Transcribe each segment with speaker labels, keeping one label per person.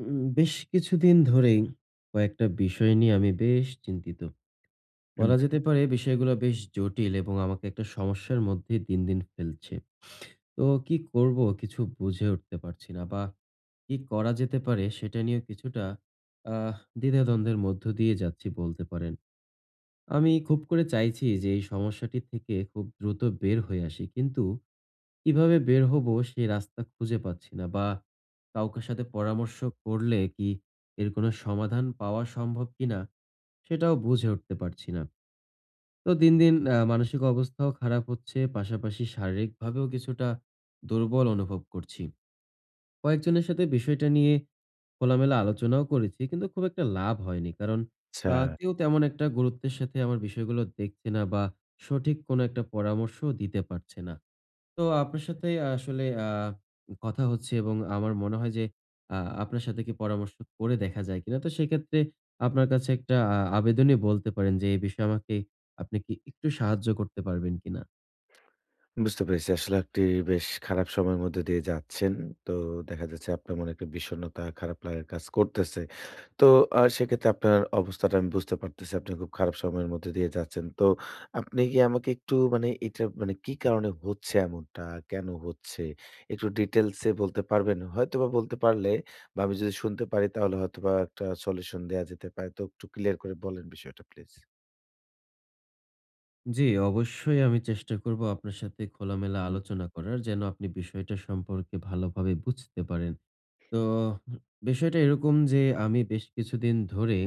Speaker 1: বেশ কিছুদিন ধরেই কয়েকটা বিষয় নিয়ে আমি বেশ চিন্তিত।
Speaker 2: হুম,
Speaker 1: বলা যেতে পারে বিষয়গুলো বেশ জটিল এবং আমাকে একটা সমস্যার মধ্যে দিন, দিন ফেলছে। তো কি করব কিছু বুঝে উঠতে পারছি না বা কি করা যেতে পারে সেটা নিয়ে কিছুটা আহ দ্বিধাদ্বন্দ্বের মধ্য দিয়ে যাচ্ছি বলতে পারেন। আমি খুব করে চাইছি যে এই সমস্যাটি থেকে খুব দ্রুত বের হয়ে আসি। কিন্তু কিভাবে বের হবো সেই রাস্তা খুঁজে পাচ্ছি না বা কাউকে সাথে পরামর্শ করলে কি এর কোনো সমাধান পাওয়া সম্ভব কিনা সেটাও বুঝে উঠতে পারছি না। তো দিন, দিন মানসিক অবস্থাও খারাপ হচ্ছে, পাশাপাশি শারীরিকভাবেও কিছুটা দুর্বল অনুভব করছি। কয়েকজনের সাথে বিষয়টা নিয়ে খোলামেলা আলোচনাও করেছি কিন্তু খুব একটা লাভ হয়নি। কারণ
Speaker 2: আচ্ছা।
Speaker 1: কেউ তেমন একটা গুরুত্বের সাথে আমার বিষয়গুলো দেখছে না বা সঠিক কোনো একটা পরামর্শও দিতে পারছে না। তো আপনার সাথে আসলে কথা হচ্ছে এবং আমার মনে হয় যে আ আপনার সাথে কি পরামর্শ করে দেখা যায় কিনা? তো সেক্ষেত্রে আপনার কাছে একটা আবেদনই বলতে পারেন যে এই বিষয়ে আমাকে আপনি কি একটু সাহায্য করতে পারবেন কিনা?
Speaker 2: বুঝতে পেরেছি। আসলে আপনি বেশ খারাপ সময়ের মধ্যে দিয়ে যাচ্ছেন। তো দেখা যাচ্ছে আপনার মনে একটা বিষণ্ণতা, খারাপ লাগার কাজ করতেছে। তো সেক্ষেত্রে আপনার অবস্থাটা আমি বুঝতে পারতেছি। আপনি খুব খারাপ সময়ের মধ্যে দিয়ে যাচ্ছেন। তো আপনি কি আমাকে একটু মানে এটা মানে কি কারণে হচ্ছে এমনটা? কেন হচ্ছে? একটু ডিটেইলস এ বলতে পারবেন? হয়তোবা বলতে পারলে বা আমি যদি শুনতে পারি তাহলে হয়তোবা একটা সলিউশন দেয়া যেতে পারে। তো একটু ক্লিয়ার করে বলেন বিষয়টা প্লিজ।
Speaker 1: জি, অবশ্যই আমি চেষ্টা করব আপনার সাথে খোলামেলা
Speaker 2: হুম,
Speaker 1: আলোচনা করার, যেন আপনি বিষয়টা সম্পর্কে ভালোভাবে বুঝতে পারেন। তো বিষয়টা এরকম যে আমি বেশ কিছুদিন ধরে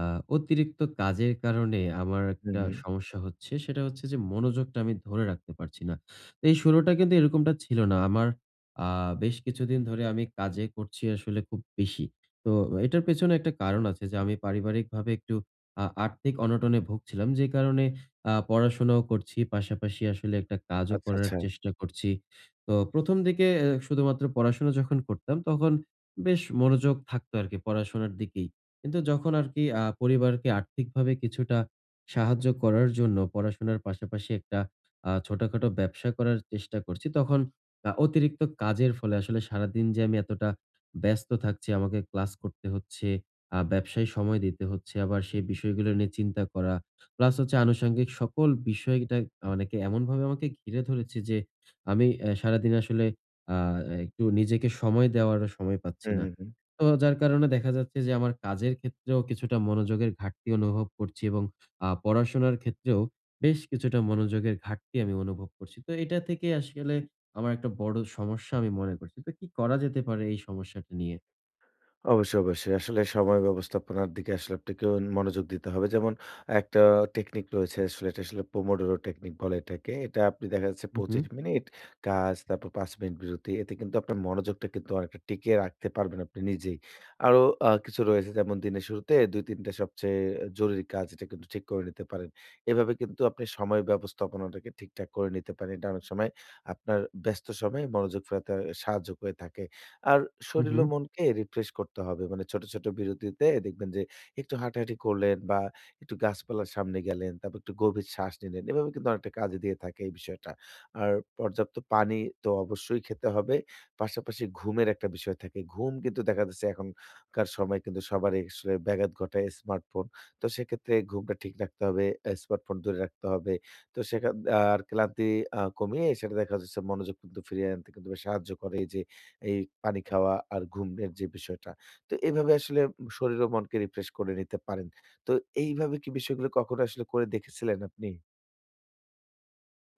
Speaker 1: আ অতিরিক্ত কাজের কারণে আমার
Speaker 2: হুম,
Speaker 1: একটা
Speaker 2: হুম।
Speaker 1: সমস্যা হচ্ছে। সেটা হচ্ছে যে মনোযোগটা আমি ধরে রাখতে পারছি না। তো এই শুরুটা কিন্তু এরকমটা ছিল না। আমার আ বেশ কিছুদিন ধরে আমি কাজে করছি আসলে খুব বেশি। তো এটার পেছনে একটা কারণ আছে যে আমি পারিবারিকভাবে একটু আর্থিক অনটনে ভুগছিলাম। যে কারণে পড়াশোনাও করছি, পাশাপাশি আসলে একটা কাজও
Speaker 2: আচ্ছা,
Speaker 1: করার
Speaker 2: আচ্ছা।
Speaker 1: চেষ্টা করছি। তো ১ম দিকে শুধুমাত্র পড়াশোনা যখন করতাম তখন বেশ মনোযোগ থাকতো আরকি পড়াশোনার দিকেই। কিন্তু যখন আরকি পরিবারকে আর্থিকভাবে কিছুটা সাহায্য করার জন্য পড়াশোনার পাশাপাশি একটা ছোটখাটো ব্যবসা করার চেষ্টা করছি, তখন অতিরিক্ত কাজের ফলে আসলে সারাদিন যে আমি এতটা ব্যস্ত থাকছি, আমাকে ক্লাস করতে হচ্ছে, ব্যবসায় সময় দিতে হচ্ছে, আবার সেই বিষয়গুলো নিয়ে চিন্তা করা, প্লাস হচ্ছে আনুষঙ্গিক সকল বিষয়টা অনেকে এমনভাবে আমাকে ঘিরে ধরেছে যে, আমি সারাদিন আসলে আ একটু নিজেকে সময় দেওয়ারও সময় পাচ্ছি
Speaker 2: হুম,
Speaker 1: না।
Speaker 2: হুম, হুম।
Speaker 1: তো যার কারণে দেখা যাচ্ছে যে আমার কাজের ক্ষেত্রেও কিছুটা মনোযোগের ঘাটতি অনুভব করছি এবং পড়াশোনার ক্ষেত্রেও বেশ কিছুটা মনোযোগের ঘাটতি আমি অনুভব করছি। তো এটা থেকে আসলে আমার একটা বড় সমস্যা আমি মনে করছি। তো কি করা যেতে পারে এই সমস্যাটা নিয়ে?
Speaker 2: অবশ্যই, অবশ্যই। আসলে সময় ব্যবস্থাপনার দিকে আসলে আপনাকেও মনোযোগ দিতে হবে। যেমন একটা টেকনিক রয়েছে আসলে এটা আসলে পোমোডোরো টেকনিক বলে এটাকে। এটা আপনি দেখা যাচ্ছে
Speaker 1: হু, হু,
Speaker 2: ২৫ মিনিট কাজ, তারপর ৫ মিনিট বিরতি। এতে কিন্তু আপনার মনোযোগটা কিন্তু অনেকটা টিকিয়ে রাখতে পারবেন আপনি নিজেই। আরো কিছু রয়েছে যেমন দিনের শুরুতে ২-৩ টা সবচেয়ে জরুরি কাজ এটা কিন্তু ঠিক করে নিতে পারেন। এভাবে কিন্তু আপনি সময় ব্যবস্থাপনাটাকে ঠিকঠাক করে নিতে পারেন। এটা অনেক সময় আপনার ব্যস্ত সময়ে মনোযোগ ফেরাতে সাহায্য করে থাকে। আর
Speaker 1: হু,
Speaker 2: শরীর
Speaker 1: হু।
Speaker 2: ও মনকে রিফ্রেশ করতে হবে। মানে ছোট, ছোট বিরতিতে দেখবেন যে একটু হাঁটাহাঁটি করলেন বা একটু গাছপালার সামনে গেলেন, তারপর একটু গভীর শ্বাস নিলেন। এভাবে কিন্তু অনেকটা কাজে দিয়ে থাকে এই বিষয়টা। আর পর্যাপ্ত পানি তো অবশ্যই খেতে হবে। পাশাপাশি ঘুমের একটা বিষয় থাকে। ঘুম কিন্তু দেখা যাচ্ছে এখনকার সময় কিন্তু সবারই আসলে ব্যাঘাত ঘটায় স্মার্টফোন। তো সেক্ষেত্রে ঘুমটা ঠিক রাখতে হবে, স্মার্টফোন দূরে রাখতে হবে। তো আর ক্লান্তি কমিয়ে সেটা দেখা যাচ্ছে মনোযোগ কিন্তু ফিরিয়ে আনতে কিন্তু বেশ সাহায্য করে এই যে এই পানি খাওয়া আর ঘুমের যে বিষয়টা। তো এভাবে আসলে শরীর ও মনকে রিফ্রেশ করে নিতে পারেন। তো এইভাবে কি বিষয়গুলো কখনো আসলে করে দেখেছিলেন আপনি?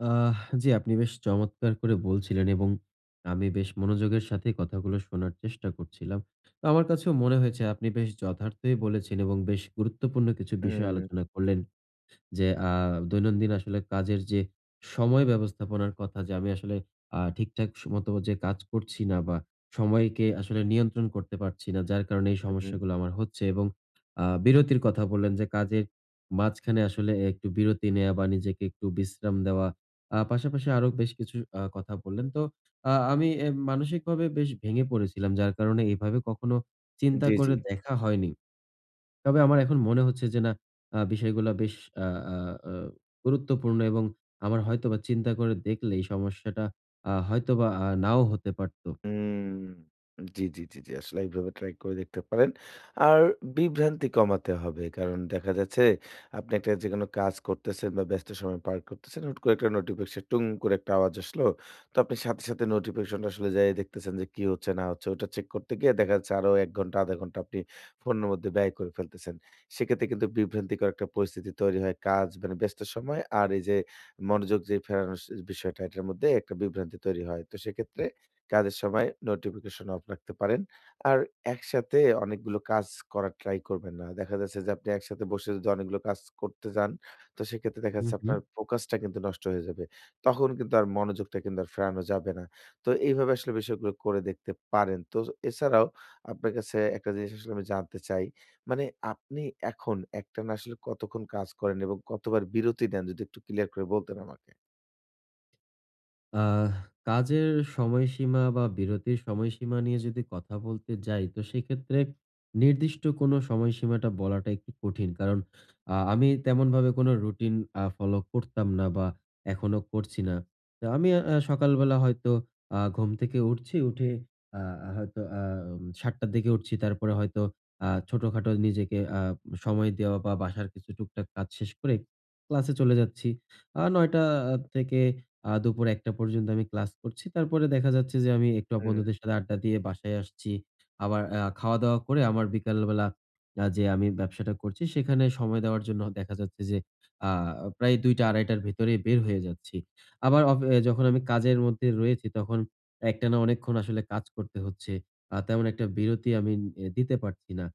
Speaker 1: আহ জি, আপনি বেশ চমৎকার করে বলছিলেন এবং আমি বেশ মনোযোগের সাথে কথাগুলো শোনার চেষ্টা করছিলাম। তো আমার কাছেও মনে হয়েছে আপনি বেশ যথার্থই বলেছেন এবং বেশ গুরুত্বপূর্ণ কিছু বিষয়
Speaker 2: হুম,
Speaker 1: আলোচনা করলেন। যে দৈনন্দিন আসলে কাজের যে সময় ব্যবস্থাপনার কথা, যে আমি আসলে ঠিকঠাক মতো যে কাজ করছি না বা সময়কে আসলে নিয়ন্ত্রণ করতে পারছি না। যার কারণে এই
Speaker 2: হুম, হুম,
Speaker 1: সমস্যাগুলো আমার হচ্ছে এবং বিরতির কথা বললেন যে কাজের মাঝখানে আসলে একটু বিরতি নেয়া বা নিজেকে একটু বিশ্রাম দেওয়া। পাশাপাশি আরো বেশ কিছু কথা বললেন। তো আমি মানসিকভাবে বেশ ভেঙে পড়েছিলাম। যার কারণে এভাবে কখনো চিন্তা
Speaker 2: জি, জি।
Speaker 1: করে দেখা হয়নি। তবে আমার এখন মনে হচ্ছে যে না, বিষয়গুলা বেশ আ আ আ গুরুত্বপূর্ণ এবং আমার হয়তোবা চিন্তা করে দেখলে এই সমস্যাটা হয়তোবা নাও হতে পারত।
Speaker 2: হুম। জি, জি, জি, জি। আসলে এইভাবে ট্রাই করে দেখতে পারেন। আর বিভ্রান্তি কমাতে হবে। কারণ দেখা যাচ্ছে আপনি একটা যেকোনো কাজ করতেছেন বা ব্যস্ত সময় পার করতেছেন, হুট করে একটা নোটিফিকেশন টুং করে একটা আওয়াজ আসলো। তো আপনি সাথে, সাথে নোটিফিকেশনটা আসলে যেয়ে দেখতেছেন যে কি হচ্ছে না হচ্ছে। ওটা চেক করতে গিয়ে দেখা যাচ্ছে আরো ১ ঘন্টা, ০.৫ ঘন্টা আপনি ফোনের মধ্যে ব্যয় করে ফেলতেছেন। সেক্ষেত্রে কিন্তু বিভ্রান্তিকর একটা পরিস্থিতি তৈরি হয়। কাজ মানে ব্যস্ত সময় আর এই যে মনোযোগ যে ফেরানোর বিষয়টা এটার মধ্যে একটা বিভ্রান্তি তৈরি হয়। তো সেক্ষেত্রে কাজের সময় নোটিফিকেশন অফ রাখতে পারেন। আর একসাথে অনেকগুলো কাজ করার ট্রাই করবেন না। দেখা যাচ্ছে যে আপনি একসাথে বসে যদি অনেকগুলো কাজ করতে যান, তো সেক্ষেত্রে দেখা
Speaker 1: হু,
Speaker 2: যাচ্ছে
Speaker 1: হু।
Speaker 2: আপনার ফোকাসটা কিন্তু নষ্ট হয়ে যাবে। তখন কিন্তু আর মনোযোগটা কিন্তু আর ফেরানো যাবে না। তো এইভাবে আসলে বিষয়গুলো করে দেখতে পারেন। তো এছাড়াও আপনার কাছে একটা জিনিস আসলে আমি জানতে চাই। মানে আপনি এখন একটানা আসলে কতক্ষণ কাজ করেন এবং কতবার বিরতি নেন? যদি একটু ক্লিয়ার করে বলতেন আমাকে।
Speaker 1: আহ কাজের সময়সীমা বা বিরতির সময়সীমা নিয়ে যদি কথা বলতে যাই, তো সেক্ষেত্রে নির্দিষ্ট কোনো সময়সীমাটা বলাটা একটু কঠিন। কারণ আমি তেমন ভাবে কোনো রুটিন ফলো করতাম না বা এখনো করছি না। তো আমি সকালবেলা হয়তো ঘুম থেকে উঠছি, উঠে হয়তো ৭টার দিকে উঠছি, তারপরে হয়তো ছোটখাটো নিজেকে সময় দেওয়া বা বাসার কিছু টুকটাক কাজ শেষ করে ক্লাসে চলে যাচ্ছি। ৯টা থেকে দুপুর ১টা পর্যন্ত আমি ক্লাস করছি। তারপরে দেখা যাচ্ছে যে আমি একটু
Speaker 2: হুম,
Speaker 1: বন্ধুদের সাথে আড্ডা দিয়ে বাসায় আসছি। আবার খাওয়া-দাওয়া করে আমার বিকালবেলা যে আমি ব্যবসাটা করছি সেখানে সময় দেওয়ার জন্য, দেখা যাচ্ছে যে আ প্রায় ২টা-২.৩০টার ভেতরেই বের হয়ে যাচ্ছি। আবার অফ এ যখন আমি কাজের মধ্যে রয়েছি তখন একটানা অনেকক্ষণ আসলে কাজ করতে হচ্ছে। তেমন একটা বিরতি আমি দিতে পারছি না।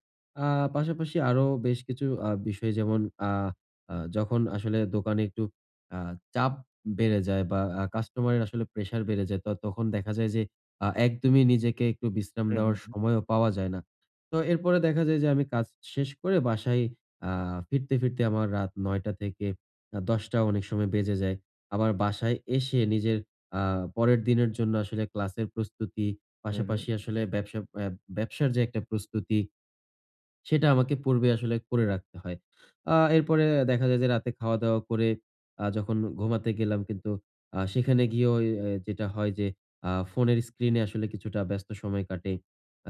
Speaker 1: আ পাশাপাশি আরো বেশ কিছু বিষয়, যেমন আ আ যখন আসলে দোকানে একটু আ চাপ বেড়ে যায় বা কাস্টমারের আসলে প্রেশার বেড়ে যায়। তো তখন দেখা যায় যে একদমই নিজেকে একটু বিশ্রাম
Speaker 2: হু, হু,
Speaker 1: দেওয়ার
Speaker 2: হু,
Speaker 1: সময়ও পাওয়া যায় না। তো এরপরে দেখা যায় যে আমি কাজ শেষ করে বাসায় আ ফিরতে, ফিরতে আমার রাত ৯ঃ০০ থেকে ১০ঃ০০ অনেক সময় বেজে যায়। আবার বাসায় এসে নিজের আ পরের দিনের জন্য আসলে ক্লাসের প্রস্তুতি,
Speaker 2: হু, হু।
Speaker 1: পাশাপাশি আসলে ব্যবসা ব্যবসার যে একটা প্রস্তুতি সেটা আমাকে পূর্বে আসলে করে রাখতে হয়। এরপরে দেখা যায় যে রাতে খাওয়া-দাওয়া করে যখন ঘুমাতে গেলাম, কিন্তু সেখানে গিয়েও যেটা হয় যে ফোনের স্ক্রিনে আসলে কিছুটা ব্যস্ত সময় কাটে।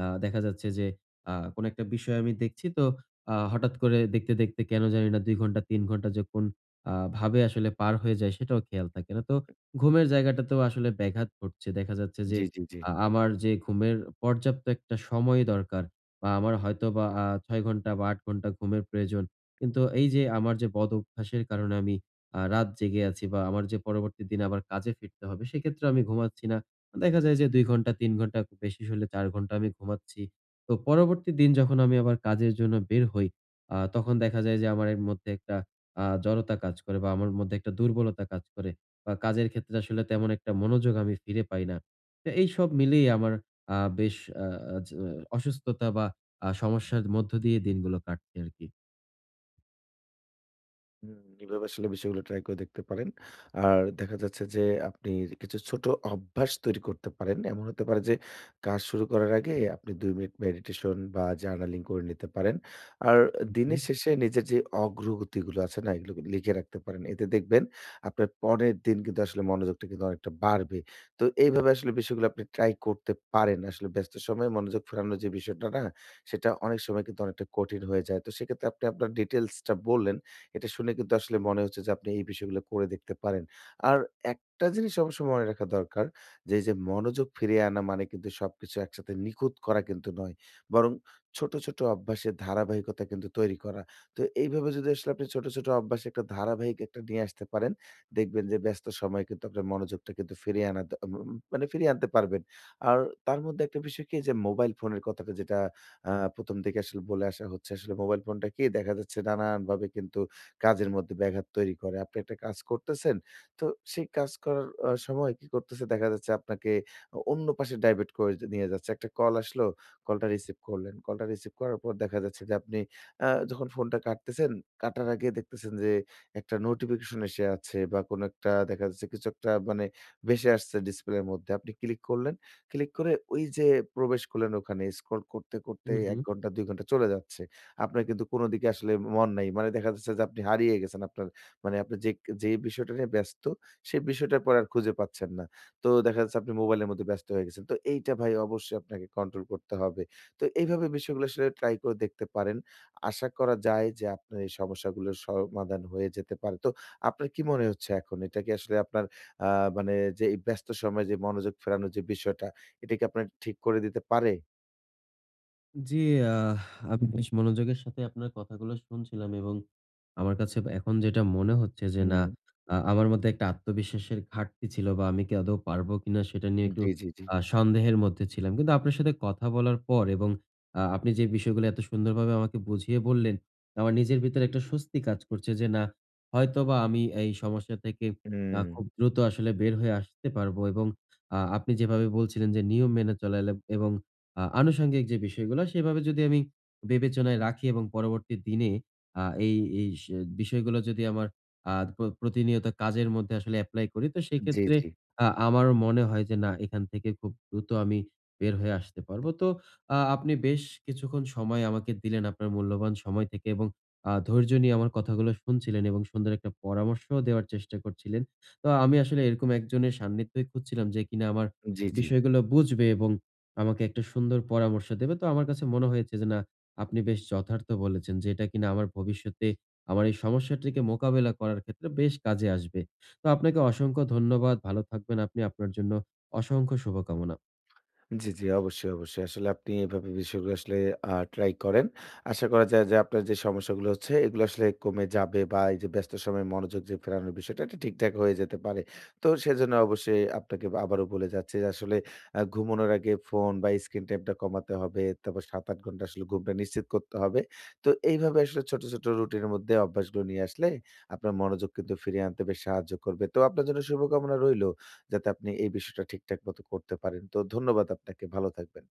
Speaker 1: দেখা যাচ্ছে যে কোন একটা বিষয় আমি দেখছি, তো হঠাৎ করে দেখতে, দেখতে কেন জানি না ২ ঘন্টা ৩ ঘন্টা যে কোন ভাবে আসলে পার হয়ে যায় সেটাও খেয়াল থাকে না। তো ঘুমের জায়গাটাতেও আসলে ব্যাঘাত ঘটছে। দেখা যাচ্ছে যে
Speaker 2: জি, জি, জি।
Speaker 1: আমার যে ঘুমের পর্যাপ্ত একটা সময় দরকার বা আমার হয়তোবা ৬ ঘন্টা বা ৮ ঘন্টা ঘুমের প্রয়োজন। কিন্তু এই যে আমার যে বদ অভ্যাসের কারণে আমি রাত জেগে আছি বা আমার যে পরবর্তী দিন আবার কাজে ফিরতে হবে, সেক্ষেত্রে আমি ঘুমাচ্ছি না। দেখা যায় যে ২ ঘন্টা ৩ ঘন্টা, খুব বেশি হলে ৪ ঘন্টা আমি ঘুমাচ্ছি। তো পরবর্তী দিন যখন আমি আবার কাজের জন্য বের হই, তখন দেখা যায় যে আমার এর মধ্যে একটা জড়তা কাজ করে বা আমার মধ্যে একটা দুর্বলতা কাজ করে বা কাজের ক্ষেত্রে আসলে তেমন একটা মনোযোগ আমি ফিরে পাই না। তো এইসব মিলিয়ে আমার বেশ আ আ জ অসুস্থতা বা সমস্যার মধ্য দিয়ে দিনগুলো কাটছে আরকি।
Speaker 2: হুম, এভাবে আসলে বিষয়গুলো ট্রাই করে দেখতে পারেন। আর দেখা যাচ্ছে যে আপনি কিছু ছোট অভ্যাস তৈরি করতে পারেন। এমন হতে পারে যে কাজ শুরু করার আগে আপনি ২ মিনিট মেডিটেশন বা জার্নালিং করে নিতে পারেন। আর
Speaker 1: হু, হু।
Speaker 2: দিনের শেষে নিজের যে অগ্রগতিগুলো আছে না এগুলো লিখে রাখতে পারেন। এতে দেখবেন আপনার পরের দিন কিন্তু আসলে মনোযোগটা কিন্তু অনেকটা বাড়বে। তো এইভাবে আসলে বিষয়গুলো আপনি ট্রাই করতে পারেন। আসলে ব্যস্ত সময়ে মনোযোগ ফেরানোর যে বিষয়টা না সেটা অনেক সময় কিন্তু অনেকটা কঠিন হয়ে যায়। তো সেক্ষেত্রে আপনি আপনার ডিটেইলসটা বললেন। এটা শুনে কিন্তু আসলে মনে হচ্ছে যে আপনি এই বিষয়গুলো করে দেখতে পারেন। আর একটা জিনিস অবশ্যই মনে রাখা দরকার যে, এই যে মনোযোগ ফিরিয়ে আনা মানে কিন্তু সবকিছু একসাথে নিখুঁত করা কিন্তু নয়। বরং ছোট, ছোট অভ্যাসের ধারাবাহিকতা কিন্তু তৈরি করা। তো এইভাবে যদি আসলে আপনি ছোট, ছোট অভ্যাসে একটা ধারাবাহিক একটা নিয়ে আসতে পারেন, দেখবেন যে ব্যস্ত সময়ে কিন্তু আপনার মনোযোগটা কিন্তু ফিরিয়ে আনা দ উম মানে ফিরিয়ে আনতে পারবেন। আর তার মধ্যে একটা বিষয় কি যে মোবাইল ফোনের কথাটা যেটা ১ম দিকে আসলে বলে আসা হচ্ছে। আসলে মোবাইল ফোনটা কি দেখা যাচ্ছে নানানভাবে কিন্তু কাজের মধ্যে ব্যাঘাত তৈরি করে। আপনি একটা কাজ করতেছেন, তো সেই কাজ করার সময় কি করতেছে দেখা যাচ্ছে আপনাকে অন্য পাশে ডাইভার্ট করে নিয়ে যাচ্ছে। একটা কল আসলো, কলটা রিসিভ করলেন। কলটা রিসিভ করার পর দেখা যাচ্ছে যে আপনি যখন ফোনটা কাটতেছেন, কাটার আগে দেখতেছেন যে একটা নোটিফিকেশন এসে আছে বা কোনো একটা দেখা যাচ্ছে কিছু একটা মানে ভেসে আসছে ডিসপ্লের মধ্যে। আপনি ক্লিক করলেন। ক্লিক করে ওই যে প্রবেশ করলেন ওখানে স্ক্রল করতে, করতে
Speaker 1: হু, হু।
Speaker 2: ১ ঘন্টা ২ ঘন্টা চলে যাচ্ছে। আপনার কিন্তু কোন দিকে আসলে মন নাই। মানে দেখা যাচ্ছে যে আপনি হারিয়ে গেছেন। আপনার মানে আপনি যে বিষয়টা নিয়ে ব্যস্ত সেই বিষয়টার পরে আর খুঁজে পাচ্ছেন না। তো দেখা যাচ্ছে আপনি মোবাইলের মধ্যে ব্যস্ত হয়ে গেছেন। তো এইটা ভাই অবশ্যই আপনাকে কন্ট্রোল করতে হবে। তো এইভাবে বিষয়গুলো আসলে ট্রাই করে দেখতে পারেন। আশা করা যায় যে আপনার এই সমস্যাগুলোর সমাধান হয়ে যেতে পারে। তো আপনার কি মনে হচ্ছে এখন? এটা কি আসলে আপনার আ মানে যে এই ব্যস্ত সময়ে যে মনোযোগ ফেরানোর যে বিষয়টা, এটা কি আপনার ঠিক করে দিতে পারে?
Speaker 1: জি, আহ আমি বেশ মনোযোগের সাথে আপনার কথাগুলো শুনছিলাম এবং আমার কাছে এখন যেটা মনে হচ্ছে যে না,
Speaker 2: হুম।
Speaker 1: আমার মধ্যে একটা আত্মবিশ্বাসের ঘাটতি ছিল বা আমি কি আদৌ পারবো কিনা সেটা নিয়ে একটু
Speaker 2: জি, জি, জি।
Speaker 1: সন্দেহের মধ্যে ছিলাম। কিন্তু আপনার সাথে কথা বলার পর এবং আপনি যে বিষয়গুলো এত সুন্দরভাবে আমাকে বুঝিয়ে বললেন, আমার নিজের ভিতরে একটা স্বস্তি কাজ করছে যে না, হয়তোবা আমি এই সমস্যা থেকে
Speaker 2: হুম।
Speaker 1: খুব দ্রুত আসলে বের হয়ে আসতে পারবো এবং আপনি যেভাবে বলছিলেন যে নিয়ম মেনে চলা এলে এবং আনুষঙ্গিক যে বিষয়গুলো সেভাবে যদি আমি বিবেচনায় রাখি এবং পরবর্তী দিনে এই এই স বিষয়গুলো যদি আমার আ প্র প্রতিনিয়ত কাজের মধ্যে আসলে এপ্লাই করি, তো
Speaker 2: জি,
Speaker 1: সেক্ষেত্রে
Speaker 2: জি।
Speaker 1: আমারও মনে হয় যে না, এখান থেকে খুব দ্রুত আমি বের হয়ে আসতে পারবো। তো আপনি বেশ কিছুক্ষণ সময় আমাকে দিলেন আপনার মূল্যবান সময় থেকে এবং ধৈর্য নিয়ে আমার কথাগুলো শুনছিলেন এবং সুন্দর একটা পরামর্শও দেওয়ার চেষ্টা করছিলেন। তো আমি আসলে এরকম একজনের সান্নিধ্যই খুঁজছিলাম যে কিনা আমার
Speaker 2: জি, জি।
Speaker 1: বিষয়গুলো বুঝবে এবং আমাকে একটা সুন্দর পরামর্শ দেবে। তো আমার কাছে মনে হয়েছে যে না, আপনি বেশ যথার্থ বলেছেন যে এটা কিনা আমার ভবিষ্যতে আমার এই সমস্যাটিকে মোকাবেলা করার ক্ষেত্রে বেশ কাজে আসবে। তো আপনাকে অসংখ্য ধন্যবাদ। ভালো থাকবেন আপনি। আপনার জন্য অসংখ্য শুভকামনা।
Speaker 2: জি, জি। অবশ্যই, অবশ্যই। আসলে আপনি এভাবে বিষয়গুলো আসলে ট্রাই করেন। আশা করা যায় যে আপনার যে সমস্যাগুলো হচ্ছে এগুলো আসলে কমে যাবে বা এই যে ব্যস্ত সময়ে মনোযোগ যে ফেরানোর বিষয়টা এটা ঠিকঠাক হয়ে যেতে পারে। তো সেজন্য অবশ্যই আপনাকে আবারও বলে যাচ্ছি যে আসলে ঘুমানোর আগে ফোন বা স্ক্রিন টাইমটা কমাতে হবে। তারপর ৭-৮ ঘন্টা আসলে ঘুমটা নিশ্চিত করতে হবে। তো এইভাবে আসলে ছোট, ছোট রুটিনের মধ্যে অভ্যাসগুলো নিয়ে আসলে আপনার মনোযোগ কিন্তু ফিরিয়ে আনতে বেশ সাহায্য করবে। তো আপনার জন্য শুভকামনা রইল। যাতে আপনি এই বিষয়টা ঠিকঠাক মতো করতে পারেন। তো ধন্যবাদ আপনাকে। ভালো থাকবেন।